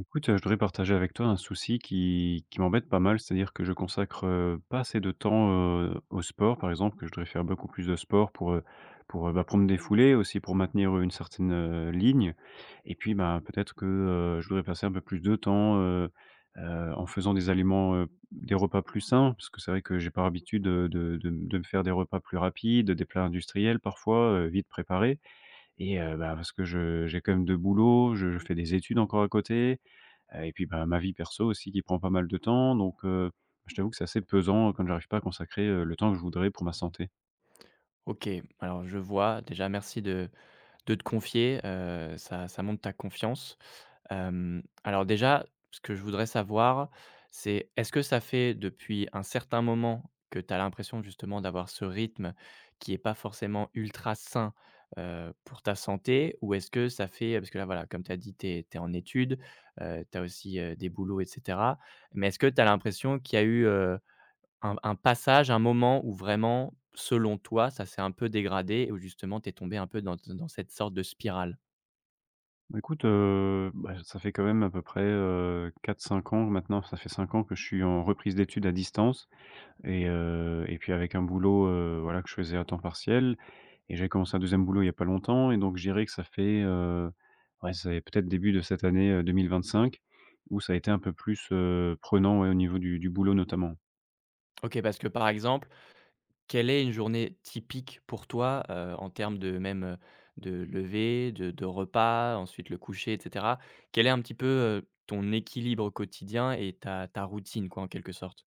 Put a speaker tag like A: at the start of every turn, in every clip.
A: Écoute, je voudrais partager avec toi un souci qui m'embête pas mal. C'est-à-dire que je consacre, pas assez de temps, au sport, par exemple, que je devrais faire beaucoup plus de sport bah, pour me défouler, aussi pour maintenir une certaine, ligne. Et puis, bah, peut-être que, je devrais passer un peu plus de temps, en faisant des aliments, des repas plus sains. Parce que c'est vrai que j'ai par habitude, de me faire des repas plus rapides, des plats industriels parfois, vite préparés. Et bah, parce que je j'ai quand même de boulot, je fais des études encore à côté. Et puis, bah, ma vie perso aussi qui prend pas mal de temps, donc je t'avoue que c'est assez pesant quand j'arrive pas à consacrer, le temps que je voudrais pour ma santé.
B: OK, alors je vois. Déjà, merci de te confier, ça montre ta confiance. Alors déjà, ce que je voudrais savoir, c'est est-ce que ça fait depuis un certain moment que tu as l'impression justement d'avoir ce rythme qui n'est pas forcément ultra sain, pour ta santé? Ou est-ce que ça fait parce que là, voilà, comme tu as dit, tu es en études, tu as aussi, des boulots et cetera. Mais est-ce que tu as l'impression qu'il y a eu, un passage, un moment où vraiment, selon toi, ça s'est un peu dégradé et où justement tu es tombé un peu dans cette sorte de spirale?
A: Bah, écoute, bah, ça fait quand même à peu près, 4-5 ans maintenant, ça fait 5 ans que je suis en reprise d'études à distance. Et puis avec un boulot, voilà, que je faisais à temps partiel. Et j'ai commencé un deuxième boulot il y a pas longtemps, et donc je dirais que ça fait, ouais, c'est peut-être début de cette année, 2025, où ça a été un peu plus, prenant, ouais, au niveau du boulot notamment.
B: OK, parce que, par exemple, quelle est une journée typique pour toi, en termes de même, de lever, de repas, ensuite le coucher et cetera? Quel est un petit peu, ton équilibre quotidien et ta routine quoi, en quelque sorte?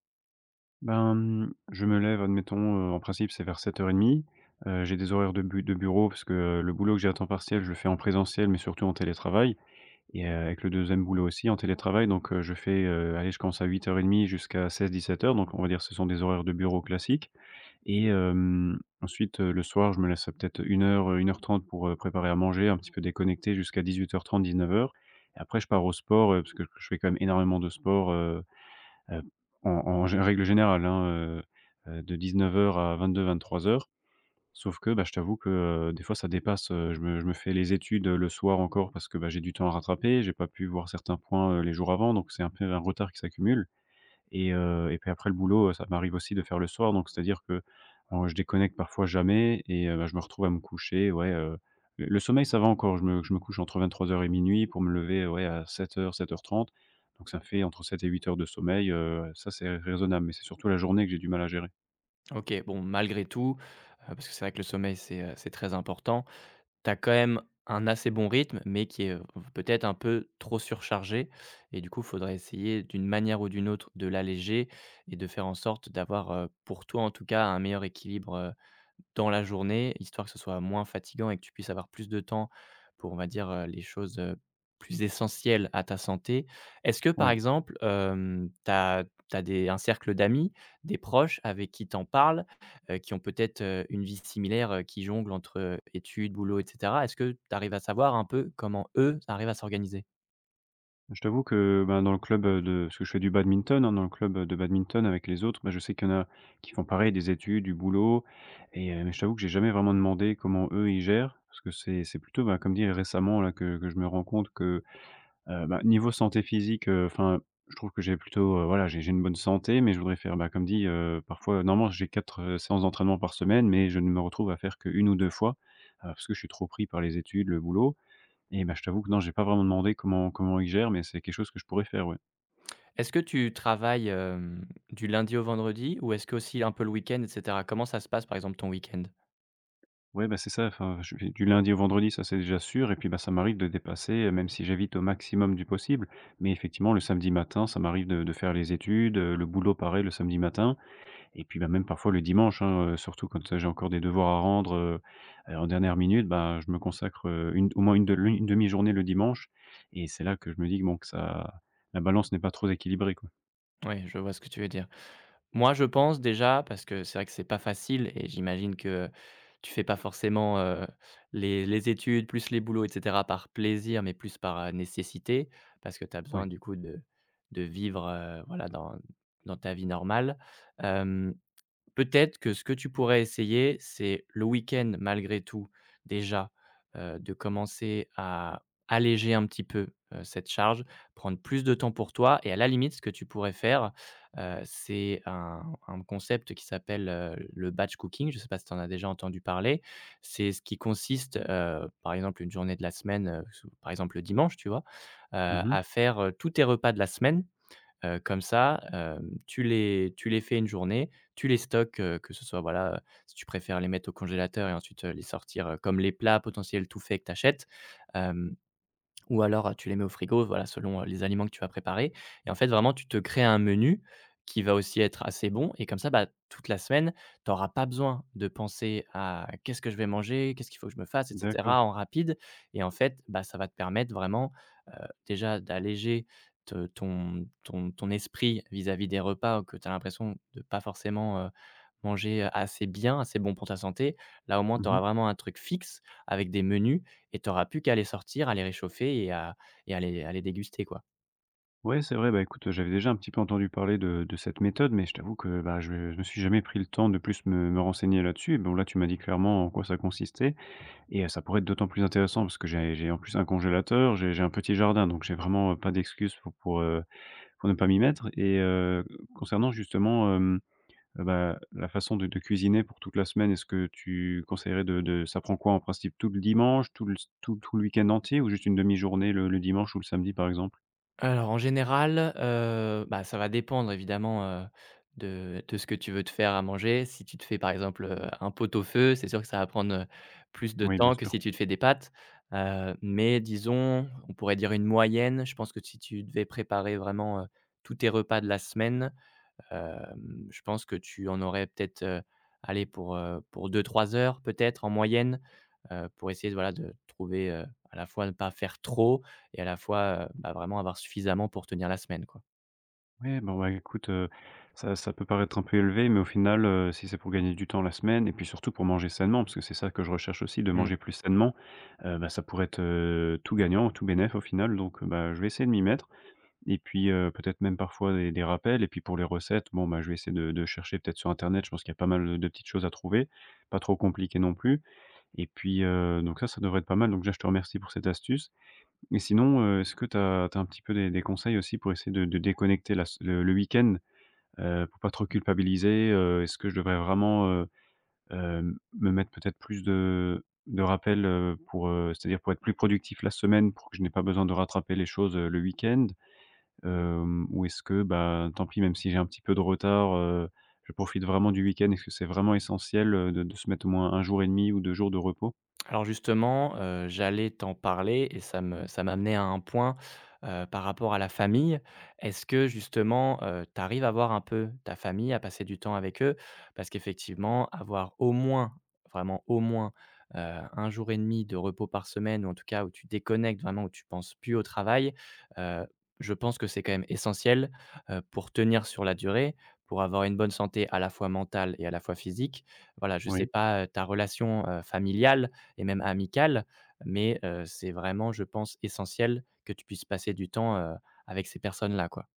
A: Ben, je me lève, admettons, en principe, c'est vers 7:30. J'ai des horaires de bureau parce que, le boulot que j'ai à temps partiel, je le fais en présentiel, mais surtout en télétravail, et avec le deuxième boulot aussi en télétravail. Donc, je fais, allez, je commence à 8:30 jusqu'à 16-17 heures. Donc, on va dire, que ce sont des horaires de bureau classiques. Et ensuite, le soir, je me laisse, peut-être 1 heure, 1 heure 30 pour, préparer à manger, un petit peu déconnecter jusqu'à 18-19 heures 30-19 heures. Et après je pars au sport, parce que je fais quand même énormément de sport, euh, Heu, en en gé règle générale, hein, heu de 19:00 à 3 heures. Sauf que, bah, je t'avoue que, des fois ça dépasse, je me fais les études, le soir encore parce que, bah, j'ai du temps à rattraper. J'ai pas pu voir certains points, les jours avant, donc c'est un peu un retard qui s'accumule. Et puis après le boulot, ça m'arrive aussi de faire le soir, donc c'est-à-dire que, alors je déconnecte parfois jamais. Et bah, je me retrouve à me coucher, ouais, le sommeil ça va encore, je me couche entre 23 heures et minuit pour me lever, ouais, à 07:00-07:30, donc ça fait entre 7 et 8 heures de sommeil, ça c'est raisonnable, mais c'est surtout la journée que j'ai du mal à gérer.
B: OK, bon malgré tout, parce que c'est vrai que le sommeil c'est très important. Tu as quand même un assez bon rythme, mais qui est, peut-être un peu trop surchargé et du coup, il faudrait essayer d'une manière ou d'une autre de l'alléger et de faire en sorte d'avoir, pour toi en tout cas, un meilleur équilibre, dans la journée, histoire que ce soit moins fatigant et que tu puisses avoir plus de temps pour, on va dire, les choses, plus essentielles à ta santé. Est-ce que par
A: Oui.
B: exemple, tu as des un cercle d'amis, des proches avec qui t'en en parles? Qui ont peut-être, une vie similaire, qui jonglent entre, études, boulot et cetera. Est-ce que tu arrives à savoir un peu comment eux arrivent à s'organiser?
A: Je t'avoue que, ben, dans le club, de parce que je fais du badminton, hein, dans le club, de badminton avec les autres, bah, je sais qu'il y en a qui font pareil, des études, du boulot. Et mais je t'avoue que j'ai jamais vraiment demandé comment eux, ils gèrent. Parce que c'est plutôt, bah, comme dit récemment là que je me rends compte que, bah, niveau santé physique, enfin, je trouve que j'ai plutôt, voilà, j'ai une bonne santé, mais je voudrais faire, bah, comme dit, parfois normalement j'ai 4 séances d'entraînement par semaine, mais je ne me retrouve à faire qu'1 ou 2 fois, parce que je suis trop pris par les études, le boulot. Et bah, je t'avoue que non, j'ai pas vraiment demandé comment ils gèrent, mais c'est quelque chose que je pourrais faire, ouais.
B: Est-ce que tu travailles, du lundi au vendredi ou est-ce que aussi un peu le week-end et cetera? Comment ça se passe par exemple ton week-end?
A: Ouais, bah, c'est ça, enfin, je vais du lundi au vendredi, ça, c'est déjà sûr. Et puis, bah, ça m'arrive de dépasser, même si j'évite au maximum du possible. Mais effectivement, le samedi matin, ça m'arrive de faire les études, le boulot pareil le samedi matin. Et puis, bah, même parfois le dimanche, hein, surtout quand, j'ai encore des devoirs à rendre, en dernière minute, bah, je me consacre, une au moins une demi-journée le dimanche. Et c'est là que je me dis que bon, que ça la balance n'est pas trop équilibrée, quoi.
B: Oui, je vois ce que tu veux dire. Moi, je pense déjà, parce que c'est vrai que c'est pas facile et j'imagine que tu fais pas forcément, les études plus les boulots et cetera par plaisir, mais plus par, nécessité, parce que tu as besoin
A: Ouais.
B: du coup de vivre, voilà dans ta vie normale. Hem Peut-être que ce que tu pourrais essayer, c'est le week-end malgré tout, déjà, de commencer à alléger un petit peu, cette charge, prendre plus de temps pour toi et à la limite, ce que tu pourrais faire, c'est un concept qui s'appelle, le batch cooking. Je ne sais pas si tu en as déjà entendu parler? C'est ce qui consiste, par exemple, une journée de la semaine, sou par exemple, le dimanche, tu vois? Heu,
A: Mmh.
B: à faire, tous tes repas de la semaine. Comme ça, tu les fais une journée, tu les stockes, que ce soit, voilà, si tu préfères les mettre au congélateur et ensuite, les sortir, comme les plats potentiels tout faits que tu achètes, ou alors, tu les mets au frigo, voilà, selon, les aliments que tu vas préparer. Et en fait, vraiment, tu te crées un menu qui va aussi être assez bon et comme ça, bah, toute la semaine, tu auras pas besoin de penser à: «Qu'est-ce que je vais manger? Qu'est-ce qu'il faut que je me fasse?» et
A: D'accord.
B: cetera, en rapide. Et en fait, bah, ça va te permettre vraiment, déjà d'alléger te ton ton ton esprit vis-à-vis des repas que tu as l'impression de pas forcément, manger, assez bien, assez bon pour ta santé. Là, au moins, tu
A: Mmh.
B: auras vraiment un truc fixe avec des menus et tu auras plus qu'à les sortir, à les réchauffer et à les déguster, quoi.
A: Ouais, c'est vrai, bah, écoute, j'avais déjà un petit peu entendu parler de cette méthode, mais je t'avoue que, bah, je me suis jamais pris le temps de plus me renseigner là-dessus. Et bon, là, tu m'as dit clairement en quoi ça consistait. Et ça pourrait être d'autant plus intéressant parce que j'ai en plus un congélateur, j'ai un petit jardin, donc j'ai vraiment, pas d'excuse pour ne pas m'y mettre. Et, concernant justement, bah, la façon de cuisiner pour toute la semaine, est-ce que tu conseillerais de ça prend quoi en principe? Tout le dimanche, tout le week-end entier, ou juste une demi-journée le dimanche ou le samedi, par exemple?
B: Alors en général, bah, ça va dépendre évidemment, de ce que tu veux te faire à manger. Si tu te fais, par exemple, un pot-au-feu, c'est sûr que ça va prendre, plus de
A: Oui, bien
B: temps que
A: sûr.
B: si tu te fais des pâtes, mais disons, on pourrait dire une moyenne. Je pense que si tu devais préparer vraiment, tous tes repas de la semaine, je pense que tu en aurais peut-être, allez pour deux trois heures peut-être en moyenne, pour essayer de voilà de trouver, à la fois ne pas faire trop et à la fois, bah, vraiment avoir suffisamment pour tenir la semaine, quoi.
A: Ouais, bah, ouais, écoute, ça peut paraître un peu élevé, mais au final, si c'est pour gagner du temps la semaine et puis surtout pour manger sainement, parce que c'est ça que je recherche aussi, de
B: Mmh.
A: manger plus sainement, bah, ça pourrait être, tout gagnant, tout bénéf au final. Donc, bah, je vais essayer de m'y mettre. Et puis, peut-être même parfois des rappels. Et puis pour les recettes, bon, bah, je vais essayer de chercher peut-être sur internet. Je pense qu'il y a pas mal, de petites choses à trouver, pas trop compliquées non plus. Et puis, donc ça devrait être pas mal, donc déjà je te remercie pour cette astuce. Et sinon, est-ce que tu as un petit peu des conseils aussi pour essayer de déconnecter la s le week-end? Pour pas trop culpabiliser, est-ce que je devrais vraiment, me mettre peut-être plus de rappels, c'est-à-dire pour être plus productif la semaine pour que je n'ai pas besoin de rattraper les choses, le week-end? Ou est-ce que, bah, tant pis, même si j'ai un petit peu de retard, je profite vraiment du week-end? Est-ce que c'est vraiment essentiel, de se mettre au moins 1 jour et demi ou 2 jours de repos?
B: Alors justement, j'allais t'en parler et ça m'amenait à un point, par rapport à la famille. Est-ce que justement, tu arrives à voir un peu ta famille, à passer du temps avec eux? Parce qu'effectivement, avoir au moins, vraiment au moins, 1 jour et demi de repos par semaine ou en tout cas où tu déconnectes vraiment, où tu penses plus au travail, heu, je pense que c'est quand même essentiel, pour tenir sur la durée, pour avoir une bonne santé à la fois mentale et à la fois physique. Voilà, je sais
A: Oui.
B: pas, ta relation, familiale, et même amicale, mais c'est vraiment, je pense, essentiel que tu puisses passer du temps, avec ces personnes-là, quoi.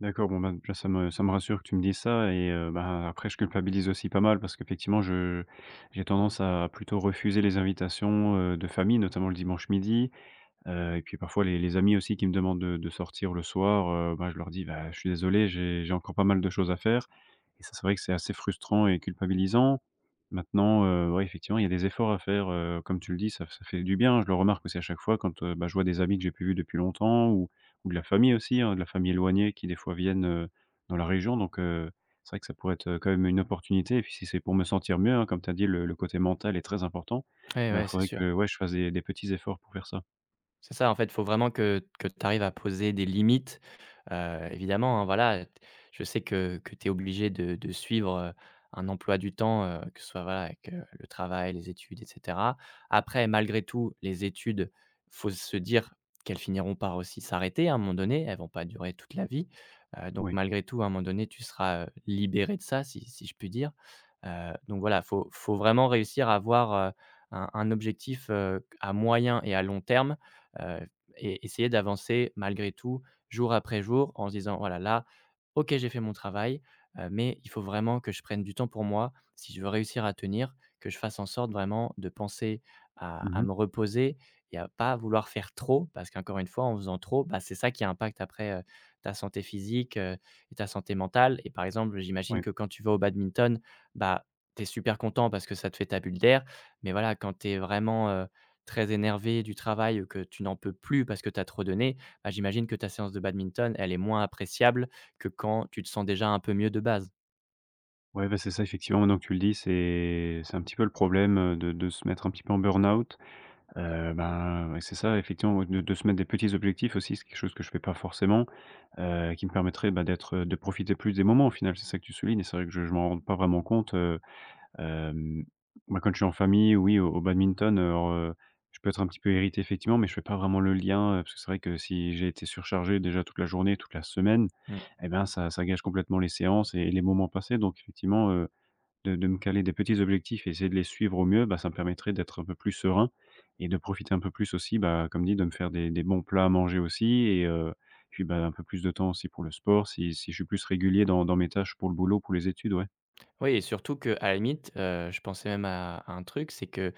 A: D'accord, bon, ben, déjà ça me rassure que tu me dises ça. Et ben, après je culpabilise aussi pas mal parce qu'effectivement je j'ai tendance à plutôt refuser les invitations, de famille, notamment le dimanche midi. Et puis parfois les amis aussi qui me demandent de sortir le soir, bah, je leur dis: «Bah, je suis désolé, j'ai encore pas mal de choses à faire». Et ça, c'est vrai que c'est assez frustrant et culpabilisant. Maintenant, ouais, effectivement, il y a des efforts à faire, comme tu le dis, ça fait du bien. Je le remarque aussi à chaque fois quand, bah, je vois des amis que j'ai plus vus depuis longtemps, ou de la famille aussi, hein, de la famille éloignée qui des fois viennent, dans la région, donc c'est vrai que ça pourrait être, quand même une opportunité. Et puis si c'est pour me sentir mieux, hein, comme tu as dit, le côté mental est très important.
B: Ouais,
A: Mais alors
B: ouais,
A: il
B: c'est
A: faudrait
B: sûr.
A: que, ouais, je fasse des petits efforts pour faire ça.
B: C'est ça, en fait, il faut vraiment que tu arrives à poser des limites. Évidemment, hein, voilà, t je sais que tu es obligé de suivre, un emploi du temps, que ce soit, voilà, avec, le travail, les études et cetera. Après, malgré tout, les études, faut se dire qu'elles finiront par aussi s'arrêter à un moment donné, elles vont pas durer toute la vie. Donc
A: Oui.
B: malgré tout, à un moment donné, tu seras, libéré de ça, si je puis dire. Donc voilà, faut vraiment réussir à avoir, un objectif, à moyen et à long terme, heu et essayer d'avancer malgré tout, jour après jour, en se disant: «Voilà, là, OK, j'ai fait mon travail, mais il faut vraiment que je prenne du temps pour moi, si je veux réussir à tenir, que je fasse en sorte vraiment de penser à
A: Mmh
B: à
A: mh.
B: me reposer et à pas vouloir faire trop». Parce qu'encore une fois, en faisant trop, bah, c'est ça qui impacte après, ta santé physique, et ta santé mentale. Et par exemple, j'imagine
A: Ouais.
B: que quand tu vas au badminton, bah, tu es super content parce que ça te fait ta bulle d'air, mais voilà, quand tu es vraiment, très énervé du travail, que tu n'en peux plus parce que tu as trop donné, bah, j'imagine que ta séance de badminton, elle est moins appréciable que quand tu te sens déjà un peu mieux de base?
A: Ouais, bah, c'est ça effectivement maintenant que tu le dis, c'est un petit peu le problème, de se mettre un petit peu en burn-out. Ben, ouais, c'est ça effectivement, ouais, de se mettre des petits objectifs aussi, c'est quelque chose que je fais pas forcément, qui me permettrait, bah, d'être, de profiter plus des moments au final, c'est ça que tu soulignes. Et c'est vrai que je m'en rends pas vraiment compte. Hem, Moi, quand je suis en famille, oui, au badminton, alors, je peux être un petit peu irrité effectivement, mais je fais pas vraiment le lien, parce que c'est vrai que si j'ai été surchargé déjà toute la journée, toute la semaine,
B: Mmh.
A: eh ben, ça gâche complètement les séances et les moments passés. Donc effectivement, de me caler des petits objectifs et essayer de les suivre au mieux, bah, ça me permettrait d'être un peu plus serein et de profiter un peu plus aussi, bah, comme dit, de me faire des bons plats à manger aussi. Et puis, bah, un peu plus de temps aussi pour le sport si je suis plus régulier dans mes tâches pour le boulot, pour les études, ouais.
B: Oui et surtout que à la limite, je pensais même à un truc, c'est que,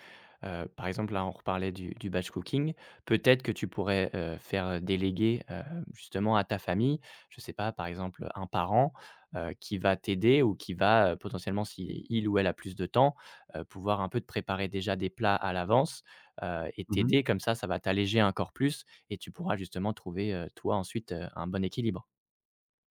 B: par exemple, là, on reparlait du batch cooking. Peut-être que tu pourrais, faire, déléguer, justement à ta famille, je sais pas, par exemple, un parent, qui va t'aider ou qui va, potentiellement, si il ou elle a plus de temps, pouvoir un peu te préparer déjà des plats à l'avance, et
A: Mmh.
B: t'aider comme ça va t'alléger encore plus et tu pourras justement trouver, toi, ensuite, un bon équilibre.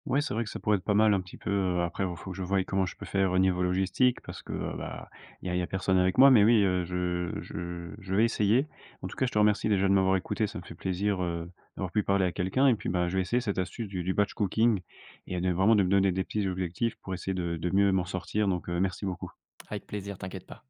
A: Ouais, c'est vrai que ça pourrait être pas mal un petit peu, après il faut que je voie comment je peux faire au niveau logistique parce que, bah, il y a personne avec moi. Mais oui, je vais essayer. En tout cas, je te remercie déjà de m'avoir écouté, ça me fait plaisir, d'avoir pu parler à quelqu'un. Et puis, bah, je vais essayer cette astuce du batch cooking et de vraiment de me donner des petits objectifs pour essayer de mieux m'en sortir. Donc, merci beaucoup.
B: Avec plaisir, t'inquiète pas.